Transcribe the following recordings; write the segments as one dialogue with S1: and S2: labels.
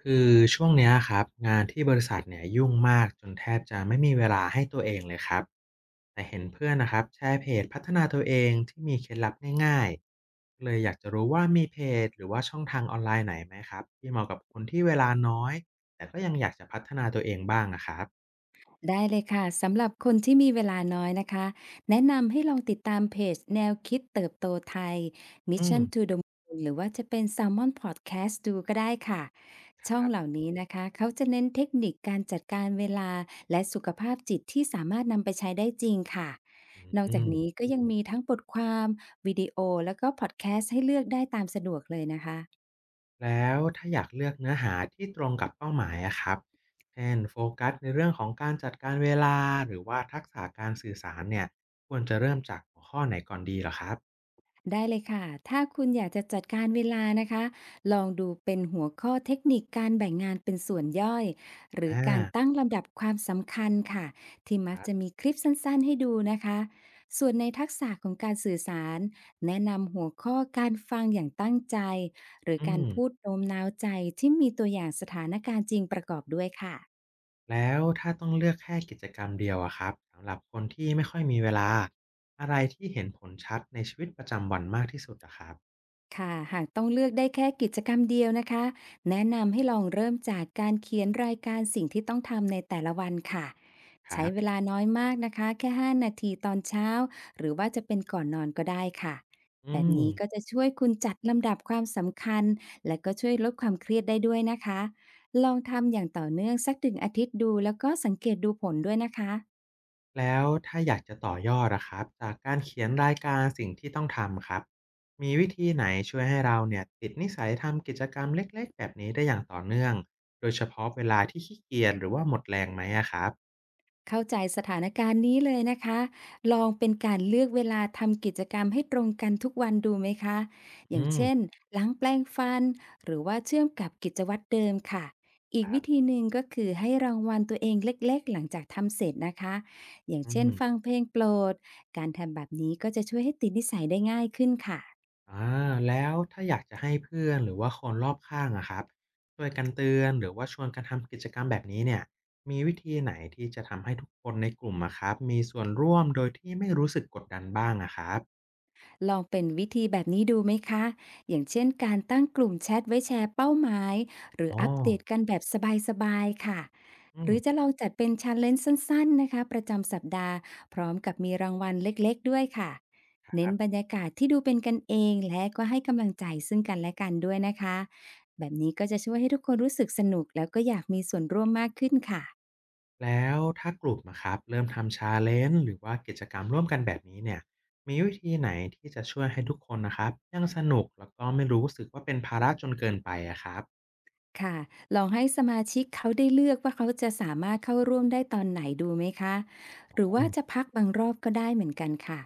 S1: คือช่วงเนี้ยครับงานที่บริษัทเนี่ยยุ่งมากจนแทบจะไม่มีเวลาให้ตัวเองเลยครับแต่เห็นเพื่อนนะครับแชร์เพจพัฒนาตัวเองที่มีเคล็ดลับง่ายๆเลยอยากจะรู้ว่ามีเพจหรือว่าช่องทางออนไลน์ไหนไหมครับที่เหมาะกับคนที่เวลาน้อยแต่ก็ยังอยากจะพัฒนาตัวเองบ้างนะครับ
S2: ได้เลยค่ะสำหรับคนที่มีเวลาน้อยนะคะแนะนำให้ลองติดตามเพจแนวคิดเติบโตไทย
S1: อืม
S2: Mission to the Moon หรือว่าจะเป็น Salmon Podcast ดูก็ได้ค่ะช่
S1: ค
S2: อง
S1: รับ
S2: เหล่านี้นะคะเขาจะเน้นเทคนิคการจัดการเวลาและสุขภาพจิตที่สามารถนำไปใช้ได้จริงค่ะนอก
S1: อื
S2: จากนี้
S1: ม
S2: ก็ยังมีทั้งบทความวิดีโอแล้วก็พอดแคสต์ให้เลือกได้ตามสะดวกเลยนะคะ
S1: แล้วถ้าอยากเลือกเนื้อหาที่ตรงกับเป้าหมายอะครับเช่นโฟกัสในเรื่องของการจัดการเวลาหรือว่าทักษะการสื่อสารเนี่ยควรจะเริ่มจากหัวข้อไหนก่อนดีเหรอครับ
S2: ได้เลยค่ะ ถ้าคุณอยากจะจัดการเวลานะคะ ลองดูเป็นหัวข้อเทคนิคการแบ่งงานเป็นส่วนย่อยหรือการ
S1: อา
S2: ตั้งลำดับความสำคัญค่ะ ที่
S1: ค
S2: มัก
S1: รับ
S2: จะมีคลิปสั้นๆให้ดูนะคะส่วนในทักษะของการสื่อสารแนะนำหัวข้อการฟังอย่างตั้งใจหรือ
S1: อื
S2: การ
S1: ม
S2: พูดโน้มน้าวใจที่มีตัวอย่างสถานการณ์จริงประกอบด้วยค่ะ
S1: แล้วถ้าต้องเลือกแค่กิจกรรมเดียวอะครับสำหรับคนที่ไม่ค่อยมีเวลาอะไรที่เห็นผลชัดในชีวิตประจำวันมากที่สุดอะครับ
S2: ค่ะ หากต้องเลือกได้แค่กิจกรรมเดียวนะคะ แนะนำให้ลองเริ่มจากการเขียนรายการสิ่งที่ต้องทำในแต่ละวันค่ะ
S1: ครั
S2: ใช้เว
S1: บ
S2: ลาน้อยมากนะคะแค่5นาทีตอนเช้าหรือว่าจะเป็นก่อนนอนก็ได้ค่ะ
S1: อื
S2: แบบ
S1: ม
S2: นี้ก็จะช่วยคุณจัดลำดับความสำคัญและก็ช่วยลดความเครียดได้ด้วยนะคะ ลองทำอย่างต่อเนื่องสักถึงอาทิตย์ดูแล้วก็สังเกตดูผลด้วยนะคะ
S1: แล้วถ้าอยากจะต่อยอดอะครับจากการเขียนรายการสิ่งที่ต้องทำครับมีวิธีไหนช่วยให้เราเนี่ยติดนิสัยทำกิจกรรมเล็กๆแบบนี้ได้อย่างต่อเนื่องโดยเฉพาะเวลาที่ขี้เกียจหรือว่าหมดแรงไหมอะครับ
S2: เข้าใจสถานการณ์นี้เลยนะคะลองเป็นการเลือกเวลาทำกิจกรรมให้ตรงกันทุกวันดูไหมคะอ
S1: อื
S2: ย่าง
S1: ม
S2: เช่นล้างแปรงฟันหรือว่าเชื่อมกับกิจวัตรเดิมค่ะอี
S1: ค
S2: ก
S1: รั
S2: วิ
S1: บ
S2: ธีหนึ่งก็คือให้รางวัลตัวเองเล็กๆหลังจากทำเสร็จนะคะอย่าง
S1: อื
S2: เช่
S1: ม
S2: นฟังเพลงโปรดการทำแบบนี้ก็จะช่วยให้ติดนิสัยได้ง่ายขึ้นค่ะ
S1: อาแล้วถ้าอยากจะให้เพื่อนหรือว่าคนรอบข้างอะครับช่วยกันเตือนหรือว่าชวนกันทำกิจกรรมแบบนี้เนี่ยมีวิธีไหนที่จะทำให้ทุกคนในกลุ่มอะครับมีส่วนร่วมโดยที่ไม่รู้สึกกดดันบ้างอะครับ
S2: ลองเป็นวิธีแบบนี้ดูไหมคะ อย่างเช่นการตั้งกลุ่มแชทไว้แชร์เป้าหมายหรือ
S1: อ๋อ
S2: อัปเดตกันแบบสบายๆค่ะ
S1: อื
S2: หรือจะ
S1: ม
S2: ลองจัดเป็นชันเลนสั้นๆนะคะประจำสัปดาห์พร้อมกับมีรางวัลเล็กๆด้วยค่ะ
S1: ค
S2: เน้น
S1: รับ
S2: บรรยากาศที่ดูเป็นกันเองและก็ให้กำลังใจซึ่งกันและกันด้วยนะคะ แบบนี้ก็จะช่วยให้ทุกคนรู้สึกสนุกแล้วก็อยากมีส่วนร่วมมากขึ้นค่ะ
S1: แล้วถ้ากลุ่มอะครับเริ่มทำ challenge หรือว่ากิจกรรมร่วมกันแบบนี้เนี่ยมีวิธีไหนที่จะช่วยให้ทุกคนนะครับยังสนุกแล้วก็ไม่รู้สึกว่าเป็นภาระจนเกินไปอะครับ
S2: ค่ะลองให้สมาชิกเขาได้เลือกว่าเขาจะสามารถเข้าร่วมได้ตอนไหนดูไหมคะหรือ
S1: อ๋
S2: ว่าจะ
S1: อ
S2: พักบางรอบก็ได้เหมือนกันค่ะ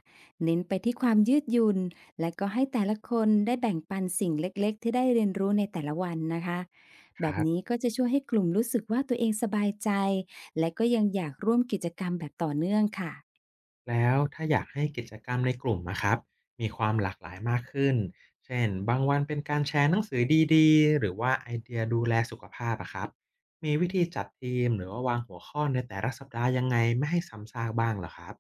S2: เน้นไปที่ความยืดหยุ่นและก็ให้แต่ละคนได้แบ่งปันสิ่งเล็กๆ ที่ได้เรียนรู้ในแต่ละวันนะคะ
S1: ค
S2: แบบ
S1: รั
S2: นี้
S1: บ
S2: ก็จะช่วยให้กลุ่มรู้สึกว่าตัวเองสบายใจ และก็ยังอยากร่วมกิจกรรมแบบต่อเนื่องค่ะ
S1: แล้วถ้าอยากให้กิจกรรมในกลุ่มนะครับมีความหลากหลายมากขึ้นเช่นบางวันเป็นการแชร์หนังสือดีๆหรือว่าไอเดียดูแลสุขภาพอะครับมีวิธีจัดทีมหรือว่าวางหัวข้อในแต่ละสัปดาห์ยังไงไม่ให้ซ้ำซากบ้างเหรอครับ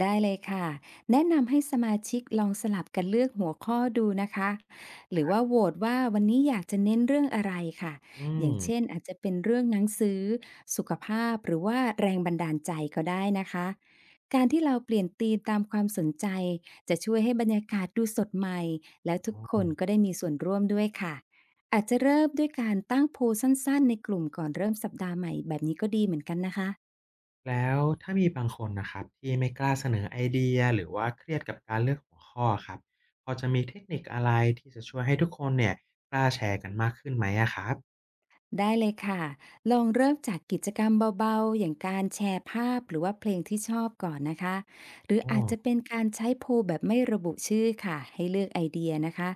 S2: ได้เลยค่ะแนะนำให้สมาชิกลองสลับกันเลือกหัวข้อดูนะคะหรือว่าโหวตว่าวันนี้อยากจะเน้นเรื่องอะไรค่ะ
S1: อื
S2: อ
S1: ม
S2: ย่างเช่นอาจจะเป็นเรื่องหนังสือสุขภาพหรือว่าแรงบันดาลใจก็ได้นะคะการที่เราเปลี่ยนธีมตามความสนใจจะช่วยให้บรรยากาศดูสดใหม่และทุกคนก็ได้มีส่วนร่วมด้วยค่ะอาจจะเริ่มด้วยการตั้งโพลสั้นๆในกลุ่มก่อนเริ่มสัปดาห์ใหม่แบบนี้ก็ดีเหมือนกันนะคะ
S1: แล้วถ้ามีบางคนนะครับที่ไม่กล้าเสนอไอเดียหรือว่าเครียดกับการเลือกหัวข้อครับพอจะมีเทคนิคอะไรที่จะช่วยให้ทุกคนเนี่ยกล้าแชร์กันมากขึ้นไหมอะครับ
S2: ได้เลยค่ะ ลองเริ่มจากกิจกรรมเบาๆ อย่างการแชร์ภาพหรือว่าเพลงที่ชอบก่อนนะคะ หรือ
S1: อ๋อ
S2: อาจจะเป็นการใช้โพลแบบไม่ระบุชื่อค่ะ ให้เลือกไอเดียนะคะ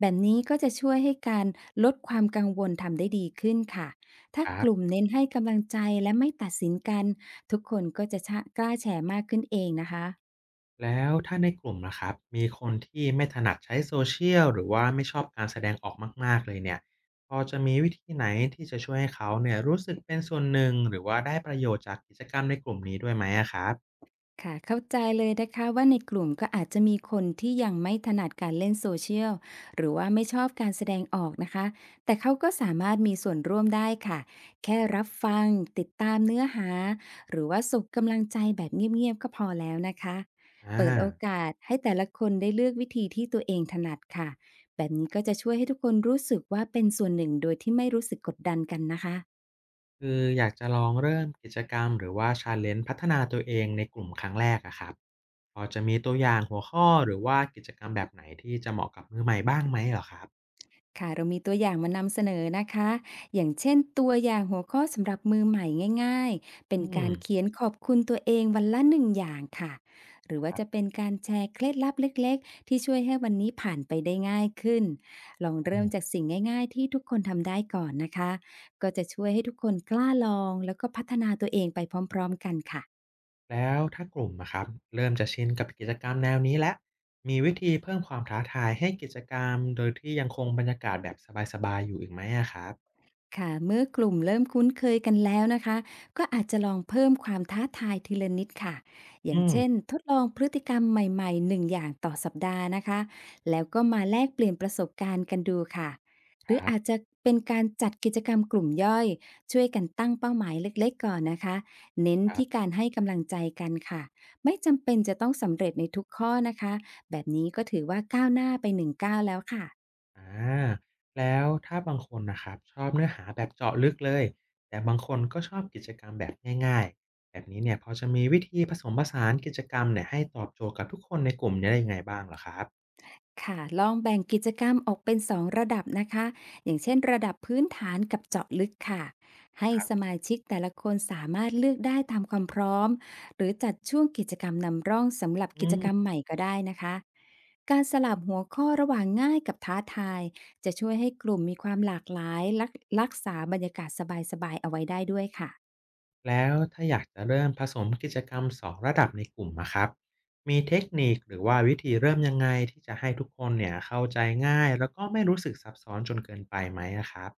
S2: แบบนี้ก็จะช่วยให้การลดความกังวลทำได้ดีขึ้นค่ะ ถ้า
S1: ครั
S2: กลุ่ม
S1: บ
S2: เน้นให้กำลังใจและไม่ตัดสินกันทุกคนก็จะะกล้าแชร์มากขึ้นเองนะคะ
S1: แล้วถ้าในกลุ่มนะครับมีคนที่ไม่ถนัดใช้โซเชียลหรือว่าไม่ชอบการแสดงออกมากๆเลยเนี่ยพอจะมีวิธีไหนที่จะช่วยให้เขาเนี่ยรู้สึกเป็นส่วนหนึ่งหรือว่าได้ประโยชน์จากกิจกรรมในกลุ่มนี้ด้วยไหมอะครับ
S2: ค่ะเข้าใจเลยนะคะว่าในกลุ่มก็อาจจะมีคนที่ยังไม่ถนัดการเล่นโซเชียลหรือว่าไม่ชอบการแสดงออกนะคะแต่เขาก็สามารถมีส่วนร่วมได้ค่ะแค่รับฟังติดตามเนื้อหาหรือว่าส่งกำลังใจแบบเงียบๆก็พอแล้วนะคะ
S1: อ่า
S2: เปิดโอกาสให้แต่ละคนได้เลือกวิธีที่ตัวเองถนัดค่ะแบบนี้ก็จะช่วยให้ทุกคนรู้สึกว่าเป็นส่วนหนึ่งโดยที่ไม่รู้สึกกดดันกันนะคะ
S1: คืออยากจะลองเริ่มกิจกรรมหรือว่า challenge พัฒนาตัวเองในกลุ่มครั้งแรกอะครับพอจะมีตัวอย่างหัวข้อหรือว่ากิจกรรมแบบไหนที่จะเหมาะกับมือใหม่บ้างไหมเหรอครับ
S2: ค่ะเรามีตัวอย่างมานำเสนอนะคะอย่างเช่นตัวอย่างหัวข้อสำหรับมือใหม่ง่ายๆเป็น
S1: อื
S2: กา
S1: ม
S2: รเขียนขอบคุณตัวเองวันละหนึ่งอย่างค่ะหรือว่าจะเป็นการแชร์เคล็ดลับเล็กๆที่ช่วยให้วันนี้ผ่านไปได้ง่ายขึ้นลองเริ่มจากสิ่งง่ายๆที่ทุกคนทำได้ก่อนนะคะก็จะช่วยให้ทุกคนกล้าลองแล้วก็พัฒนาตัวเองไปพร้อมๆกันค่ะ
S1: แล้วถ้ากลุ่มอะครับเริ่มจะชินกับกิจกรรมแนวนี้แล้วมีวิธีเพิ่มความท้าทายให้กิจกรรมโดยที่ยังคงบรรยากาศแบบสบายๆอยู่อีกไหมอะครับ
S2: ค่ะ เมื่อกลุ่มเริ่มคุ้นเคยกันแล้วนะคะก็อาจจะลองเพิ่มความท้าทายทีละนิดค่ะอย่า
S1: อื
S2: ง
S1: ม
S2: เช่นทดลองพฤติกรรมใหม่ๆหนึ่งอย่างต่อสัปดาห์นะคะ แล้วก็มาแลกเปลี่ยนประสบการณ์กันดูค่ะ ห
S1: ค
S2: รือ
S1: รั
S2: อาจ
S1: บ
S2: จะเป็นการจัดกิจกรรมกลุ่มย่อย ช่วยกันตั้งเป้าหมายเล็กๆก่อนนะคะ เน้น
S1: ครั
S2: ที่
S1: บ
S2: การให้กำลังใจกันค่ะ ไม่จำเป็นจะต้องสำเร็จในทุกข้อนะคะแบบนี้ก็ถือว่าก้าวหน้าไปหนึ่งก้าวแล้วค่ะ
S1: อาแล้วถ้าบางคนนะครับชอบเนื้อหาแบบเจาะลึกเลยแต่บางคนก็ชอบกิจกรรมแบบง่ายๆแบบนี้เนี่ยพอจะมีวิธีผสมผสานกิจกรรมเนี่ยให้ตอบโจทย์กับทุกคนในกลุ่มเนี่ยได้ยังไงบ้างเหรอครับ
S2: ค่ะลองแบ่งกิจกรรมออกเป็นสองระดับนะคะอย่างเช่นระดับพื้นฐานกับเจาะลึกค่ะให้
S1: ครั
S2: ส
S1: บ
S2: มาชิกแต่ละคนสามารถเลือกได้ตามความพร้อมหรือจัดช่วงกิจกรรมนำร่องสำหรับ
S1: อื
S2: กิจกรรม
S1: ม
S2: ใหม่ก็ได้นะคะการสลับหัวข้อระหว่างง่ายกับท้าทายจะช่วยให้กลุ่มมีความหลากหลายรักษาบรรยากาศสบายๆเอาไว้ได้ด้วยค่ะ
S1: แล้วถ้าอยากจะเริ่มผสมกิจกรรมสองระดับในกลุ่มนะครับมีเทคนิคหรือว่าวิธีเริ่มยังไงที่จะให้ทุกคนเนี่ยเข้าใจง่ายแล้วก็ไม่รู้สึกซับซ้อนจนเกินไปไหมนะครับ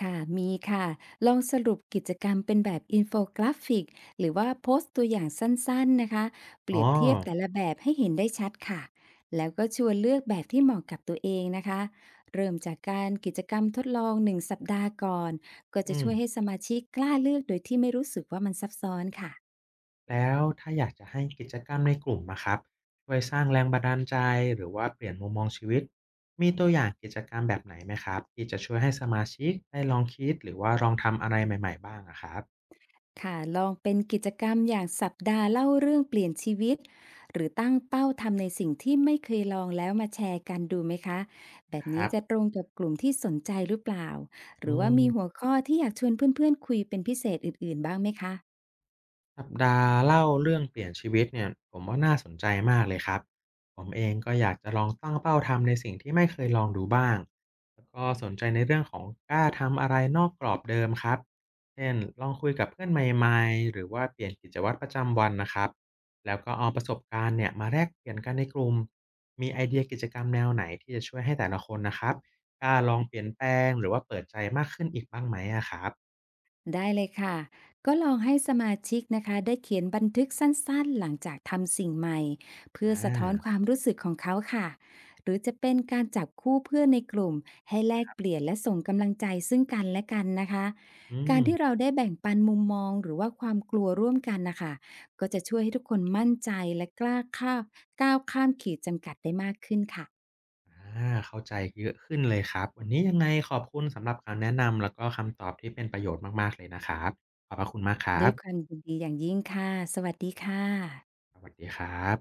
S2: ค่ะมีค่ะ ลองสรุปกิจกรรมเป็นแบบอินโฟกราฟิกหรือว่าโพสต์ตัวอย่างสั้นๆนะคะ เป
S1: อ๋อ
S2: รียบเทียบแต่ละแบบให้เห็นได้ชัดค่ะแล้วก็ชวนเลือกแบบที่เหมาะกับตัวเองนะคะ เริ่มจากการกิจกรรมทดลอง1สัปดาห์ก่อน ก็จะ
S1: อืม
S2: ช่วยให้สมาชิกกล้าเลือกโดยที่ไม่รู้สึกว่ามันซับซ้อนค่ะ
S1: แล้วถ้าอยากจะให้กิจกรรมในกลุ่มอะครับช่วยสร้างแรงบันดาลใจหรือว่าเปลี่ยนมุมมองชีวิตมีตัวอย่างกิจกรรมแบบไหนไหมครับที่จะช่วยให้สมาชิกได้ลองคิดหรือว่าลองทำอะไรใหม่ๆบ้างอะครับ
S2: ค่ะลองเป็นกิจกรรมอย่างสัปดาห์เล่าเรื่องเปลี่ยนชีวิตหรือตั้งเป้าทำในสิ่งที่ไม่เคยลองแล้วมาแชร์กันดูไหมคะแบบ
S1: ค
S2: นี้
S1: รับ
S2: จะตรงกับกลุ่มที่สนใจหรือเปล่าห
S1: อื
S2: รือว่ามีหั
S1: ม
S2: วข้อที่อยากชวนเพื่อนๆคุยเป็นพิเศษอื่นๆบ้างไหมคะ
S1: สัปดาห์เล่าเรื่องเปลี่ยนชีวิตเนี่ยผมว่าน่าสนใจมากเลยครับผมเองก็อยากจะลองตั้งเป้าทำในสิ่งที่ไม่เคยลองดูบ้างแล้วก็สนใจในเรื่องของกล้าทำอะไรนอกกรอบเดิมครับเช่นลองคุยกับเพื่อนใหม่ๆหรือว่าเปลี่ยนกิจวัตรประจำวันนะครับแล้วก็เอาประสบการณ์เนี่ยมาแลกเปลี่ยนกันในกลุ่มมีไอเดียกิจกรรมแนวไหนที่จะช่วยให้แต่ละคนนะครับกล้าลองเปลี่ยนแปลงหรือว่าเปิดใจมากขึ้นอีกบ้างไหมอะครับ
S2: ได้เลยค่ะก็ลองให้สมาชิกนะคะได้เขียนบันทึกสั้นๆหลังจากทำสิ่งใหม่
S1: อ่
S2: เพื่อสะท้อนควา
S1: า
S2: มรู้สึกของเขาค่ะหรือจะเป็นการจับคู่เพื่อนในกลุ่มให้แลกเปลี่ยนและส่งกำลังใจซึ่งกันและกันนะคะ
S1: อื
S2: กา
S1: ม
S2: รที่เราได้แบ่งปันมุมมองหรือว่าความกลัวร่วมกันนะคะก็จะช่วยให้ทุกคนมั่นใจและกล้าข้ามก้าวข้ามขีดจำกัดได้มากขึ้นค่ะ
S1: อาเข้าใจเยอะขึ้นเลยครับวันนี้ยังไงขอบคุณสำหรับคำแนะนำแล้วก็คำตอบที่เป็นประโยชน์มากๆเลยนะครับขอบพระคุณมากครั
S2: ด้วยความ
S1: บ
S2: ยินดีอย่างยิ่งค่ะสวัสดีค่ะ
S1: สวัสดีครับ